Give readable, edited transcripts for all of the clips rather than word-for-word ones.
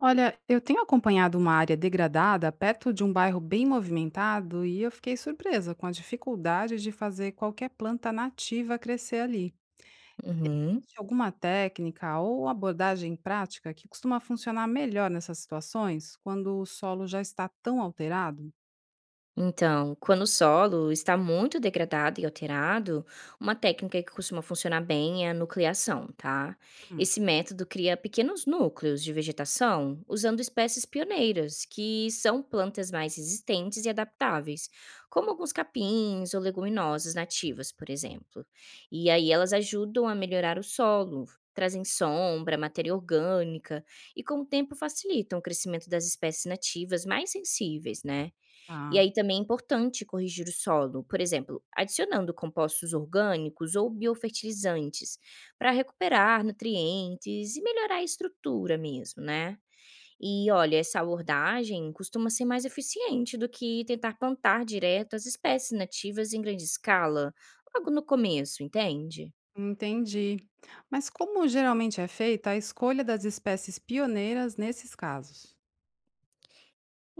Olha, eu tenho acompanhado uma área degradada perto de um bairro bem movimentado e eu fiquei surpresa com a dificuldade de fazer qualquer planta nativa crescer ali. Uhum. Existe alguma técnica ou abordagem prática que costuma funcionar melhor nessas situações, quando o solo já está tão alterado? Então, quando o solo está muito degradado e alterado, uma técnica que costuma funcionar bem é a nucleação, tá? Hum, Esse método cria pequenos núcleos de vegetação usando espécies pioneiras, que são plantas mais resistentes e adaptáveis, como alguns capins ou leguminosas nativas, por exemplo. E aí elas ajudam a melhorar o solo. Trazem sombra, matéria orgânica e, com o tempo, facilitam o crescimento das espécies nativas mais sensíveis, né? E tá. aí também é importante corrigir o solo, por exemplo, adicionando compostos orgânicos ou biofertilizantes, para recuperar nutrientes e melhorar a estrutura mesmo, né? E olha, essa abordagem costuma ser mais eficiente do que tentar plantar direto as espécies nativas em grande escala, logo no começo, entende? Entendi. Mas como geralmente é feita a escolha das espécies pioneiras nesses casos?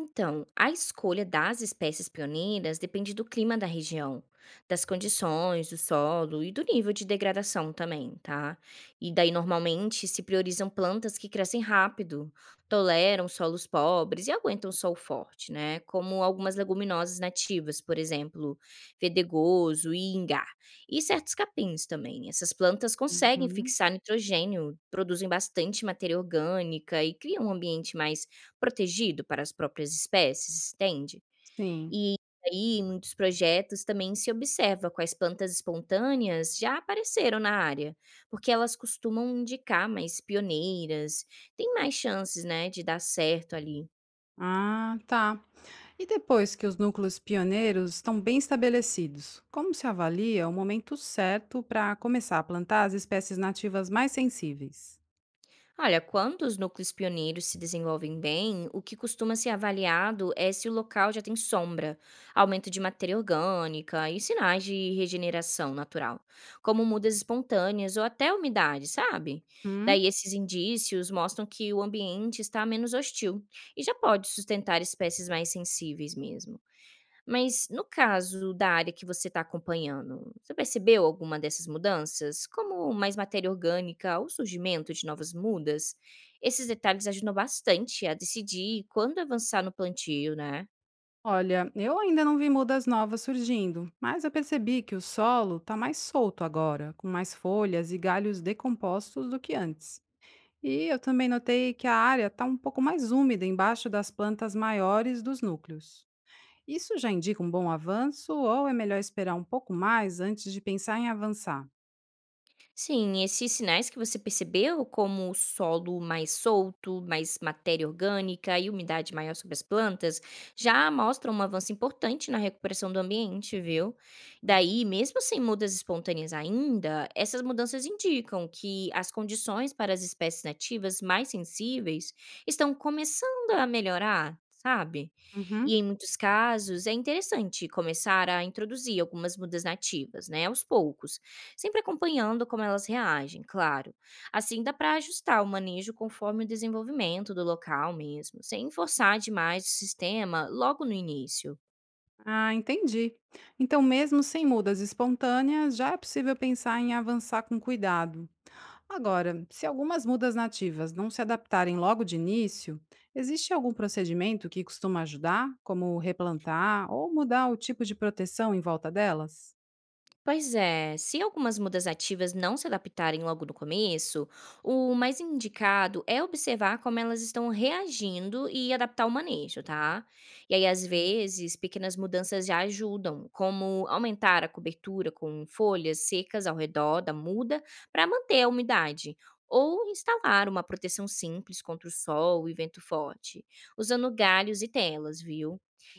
Então, a escolha das espécies pioneiras depende do clima da região, das condições, do solo e do nível de degradação também, tá? E daí, normalmente, se priorizam plantas que crescem rápido, toleram solos pobres e aguentam sol forte, né? Como algumas leguminosas nativas, por exemplo, fedegoso e ingá. E certos capins também. Essas plantas conseguem Uhum. fixar nitrogênio, produzem bastante matéria orgânica e criam um ambiente mais protegido para as próprias espécies, entende? Sim. E aí, em muitos projetos também se observa quais plantas espontâneas já apareceram na área, porque elas costumam indicar mais pioneiras, tem mais chances, né, de dar certo ali. Ah, tá. E depois que os núcleos pioneiros estão bem estabelecidos, como se avalia o momento certo para começar a plantar as espécies nativas mais sensíveis? Olha, quando os núcleos pioneiros se desenvolvem bem, o que costuma ser avaliado é se o local já tem sombra, aumento de matéria orgânica e sinais de regeneração natural, como mudas espontâneas ou até umidade, sabe? Hum, Daí esses indícios mostram que o ambiente está menos hostil e já pode sustentar espécies mais sensíveis mesmo. Mas no caso da área que você está acompanhando, você percebeu alguma dessas mudanças? Como mais matéria orgânica ou surgimento de novas mudas? Esses detalhes ajudam bastante a decidir quando avançar no plantio, né? olha, eu ainda não vi mudas novas surgindo, mas eu percebi que o solo está mais solto agora, com mais folhas e galhos decompostos do que antes. E eu também notei que a área está um pouco mais úmida embaixo das plantas maiores dos núcleos. Isso já indica um bom avanço ou é melhor esperar um pouco mais antes de pensar em avançar? Sim, esses sinais que você percebeu, como o solo mais solto, mais matéria orgânica e umidade maior sobre as plantas, já mostram um avanço importante na recuperação do ambiente, viu? Daí, mesmo sem mudas espontâneas ainda, essas mudanças indicam que as condições para as espécies nativas mais sensíveis estão começando a melhorar. Sabe? E Uhum. em muitos casos é interessante começar a introduzir algumas mudas nativas, né, aos poucos, sempre acompanhando como elas reagem, claro. Assim dá para ajustar o manejo conforme o desenvolvimento do local mesmo, sem forçar demais o sistema logo no início. Ah, entendi. Então, mesmo sem mudas espontâneas, já é possível pensar em avançar com cuidado. Agora, se algumas mudas nativas não se adaptarem logo de início, existe algum procedimento que costuma ajudar, como replantar ou mudar o tipo de proteção em volta delas? Pois é, se algumas mudas ativas não se adaptarem logo no começo, o mais indicado é observar como elas estão reagindo e adaptar o manejo, tá? E aí, às vezes, pequenas mudanças já ajudam, como aumentar a cobertura com folhas secas ao redor da muda para manter a umidade. Ou instalar uma proteção simples contra o sol e vento forte, usando galhos e telas, viu?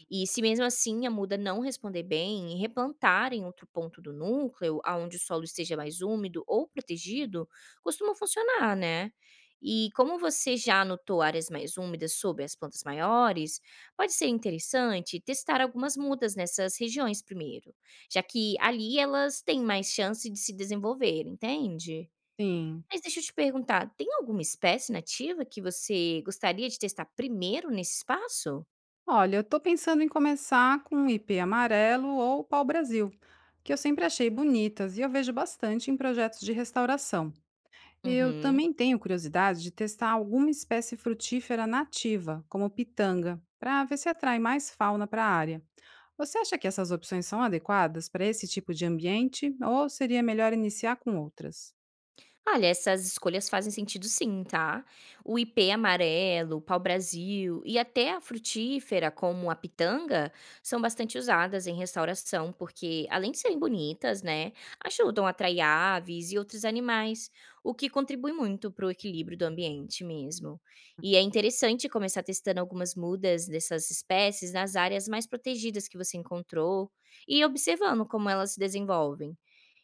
E se mesmo assim a muda não responder bem, replantar em outro ponto do núcleo, aonde o solo esteja mais úmido ou protegido, costuma funcionar, né? E como você já anotou áreas mais úmidas sobre as plantas maiores, pode ser interessante testar algumas mudas nessas regiões primeiro, já que ali elas têm mais chance de se desenvolver, entende? Sim. Mas deixa eu te perguntar, tem alguma espécie nativa que você gostaria de testar primeiro nesse espaço? Olha, eu estou pensando em começar com ipê amarelo ou pau-brasil, que eu sempre achei bonitas e eu vejo bastante em projetos de restauração. Eu Uhum. também tenho curiosidade de testar alguma espécie frutífera nativa, como pitanga, para ver se atrai mais fauna para a área. Você acha que essas opções são adequadas para esse tipo de ambiente ou seria melhor iniciar com outras? Olha, essas escolhas fazem sentido sim, tá? O ipê amarelo, o pau-brasil e até a frutífera, como a pitanga, são bastante usadas em restauração, porque além de serem bonitas, né, ajudam a atrair aves e outros animais, o que contribui muito para o equilíbrio do ambiente mesmo. E é interessante começar testando algumas mudas dessas espécies nas áreas mais protegidas que você encontrou e observando como elas se desenvolvem.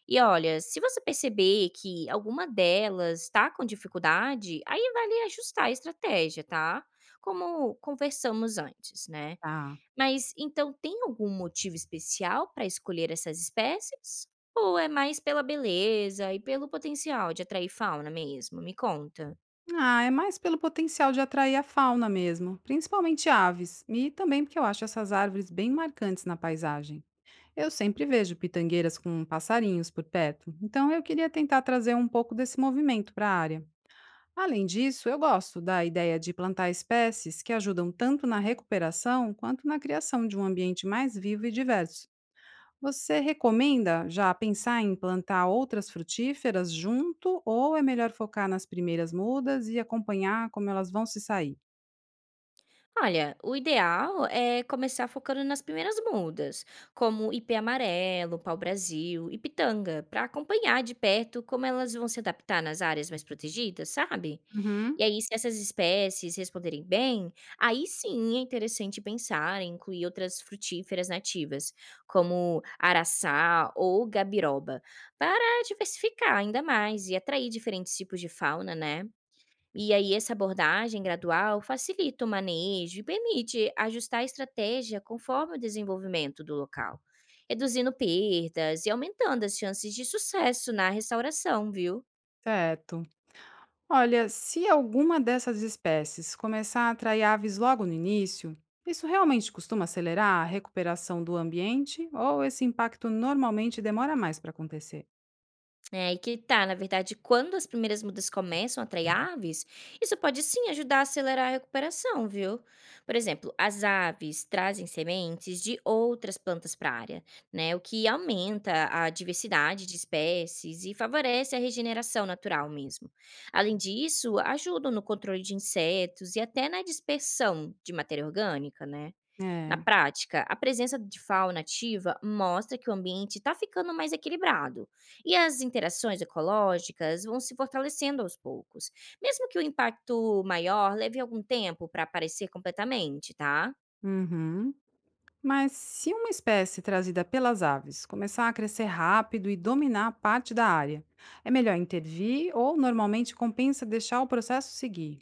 E olha, se você perceber que alguma delas está com dificuldade, aí vale ajustar a estratégia, tá? Como conversamos antes, né? Ah. Mas então tem algum motivo especial para escolher essas espécies? Ou é mais pela beleza e pelo potencial de atrair fauna mesmo? Me conta. Ah, é mais pelo potencial de atrair a fauna mesmo, principalmente aves, e também porque eu acho essas árvores bem marcantes na paisagem. Eu sempre vejo pitangueiras com passarinhos por perto, então eu queria tentar trazer um pouco desse movimento para a área. Além disso, eu gosto da ideia de plantar espécies que ajudam tanto na recuperação quanto na criação de um ambiente mais vivo e diverso. Você recomenda já pensar em plantar outras frutíferas junto ou é melhor focar nas primeiras mudas e acompanhar como elas vão se sair? Olha, o ideal é começar focando nas primeiras mudas, como ipê amarelo, pau-brasil e pitanga, para acompanhar de perto como elas vão se adaptar nas áreas mais protegidas, sabe? E Uhum, aí, se essas espécies responderem bem, aí sim é interessante pensar em incluir outras frutíferas nativas, como araçá ou gabiroba, para diversificar ainda mais e atrair diferentes tipos de fauna, né? E aí essa abordagem gradual facilita o manejo e permite ajustar a estratégia conforme o desenvolvimento do local, reduzindo perdas e aumentando as chances de sucesso na restauração, viu? certo. Olha, se alguma dessas espécies começar a atrair aves logo no início, isso realmente costuma acelerar a recuperação do ambiente ou esse impacto normalmente demora mais para acontecer? É, aí que tá, na verdade, quando as primeiras mudas começam a atrair aves, isso pode sim ajudar a acelerar a recuperação, viu? Por exemplo, as aves trazem sementes de outras plantas para a área, né? O que aumenta a diversidade de espécies e favorece a regeneração natural mesmo. Além disso, ajudam no controle de insetos e até na dispersão de matéria orgânica, né? Na É. prática, a presença de fauna ativa mostra que o ambiente está ficando mais equilibrado e as interações ecológicas vão se fortalecendo aos poucos, mesmo que o impacto maior leve algum tempo para aparecer completamente, tá? Uhum. Mas se uma espécie trazida pelas aves começar a crescer rápido e dominar parte da área, é melhor intervir ou normalmente compensa deixar o processo seguir?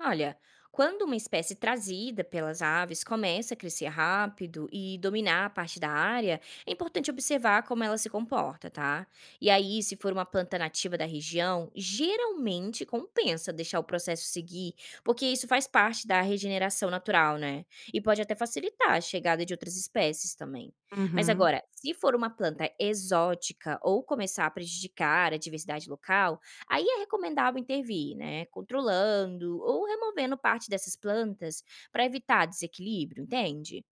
Olha, quando uma espécie trazida pelas aves começa a crescer rápido e dominar a parte da área, é importante observar como ela se comporta, tá? E aí, se for uma planta nativa da região, geralmente compensa deixar o processo seguir, porque isso faz parte da regeneração natural, né? E pode até facilitar a chegada de outras espécies também. Mas Uhum. agora, se for uma planta exótica ou começar a prejudicar a diversidade local, aí é recomendável intervir, né, controlando ou removendo parte dessas plantas para evitar desequilíbrio, entende?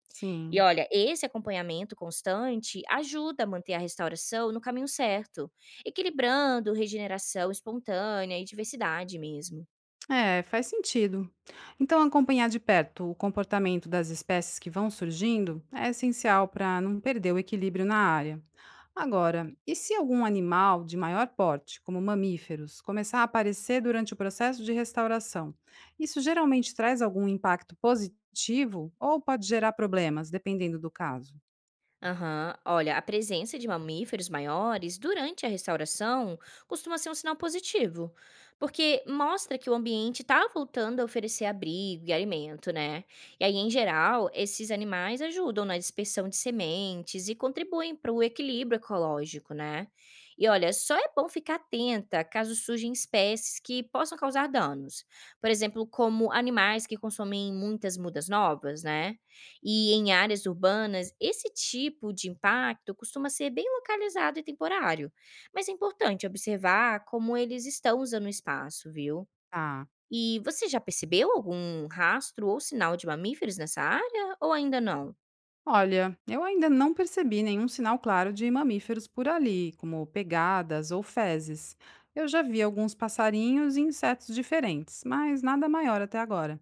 E Sim. olha, esse acompanhamento constante ajuda a manter a restauração no caminho certo, equilibrando regeneração espontânea e diversidade mesmo. É, faz sentido. Então, acompanhar de perto o comportamento das espécies que vão surgindo é essencial para não perder o equilíbrio na área. Agora, e se algum animal de maior porte, como mamíferos, começar a aparecer durante o processo de restauração? Isso geralmente traz algum impacto positivo ou pode gerar problemas, dependendo do caso? Aham. Olha, a presença de mamíferos maiores durante a restauração costuma ser um sinal positivo, porque mostra que o ambiente está voltando a oferecer abrigo e alimento, né? E aí, em geral, esses animais ajudam na dispersão de sementes e contribuem para o equilíbrio ecológico, né? E olha, só é bom ficar atenta caso surjam espécies que possam causar danos. Por exemplo, como animais que consomem muitas mudas novas, né? E em áreas urbanas, esse tipo de impacto costuma ser bem localizado e temporário, mas é importante observar como eles estão usando o espaço, viu? E você já percebeu algum rastro ou sinal de mamíferos nessa área ou ainda não? Olha, eu ainda não percebi nenhum sinal claro de mamíferos por ali, como pegadas ou fezes. Eu já vi alguns passarinhos e insetos diferentes, mas nada maior até agora.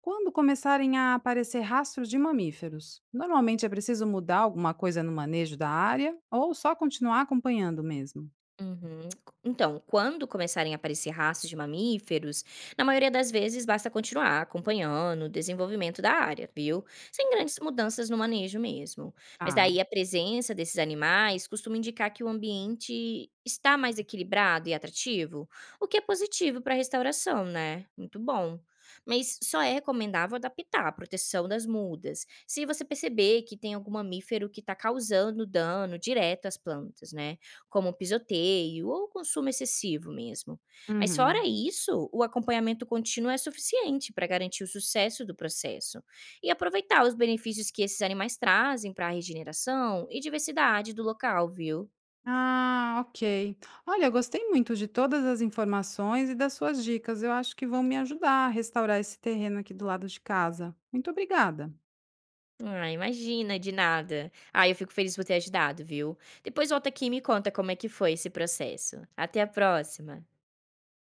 Quando começarem a aparecer rastros de mamíferos, normalmente é preciso mudar alguma coisa no manejo da área ou só continuar acompanhando mesmo? Uhum. Então, quando começarem a aparecer raças de mamíferos, na maioria das vezes basta continuar acompanhando o desenvolvimento da área, viu? Sem grandes mudanças no manejo mesmo. Mas Ah, daí a presença desses animais costuma indicar que o ambiente está mais equilibrado e atrativo, o que é positivo para a restauração, né? Muito bom. Mas só é recomendável adaptar a proteção das mudas, se você perceber que tem algum mamífero que está causando dano direto às plantas, né? Como pisoteio ou consumo excessivo mesmo. Mas fora uhum. isso, o acompanhamento contínuo é suficiente para garantir o sucesso do processo e aproveitar os benefícios que esses animais trazem para a regeneração e diversidade do local, viu? Ah, ok. Olha, gostei muito de todas as informações e das suas dicas. Eu acho que vão me ajudar a restaurar esse terreno aqui do lado de casa. Muito obrigada. Ah, imagina, de nada. Ah, eu fico feliz por ter ajudado, viu? Depois volta aqui e me conta como é que foi esse processo. Até a próxima.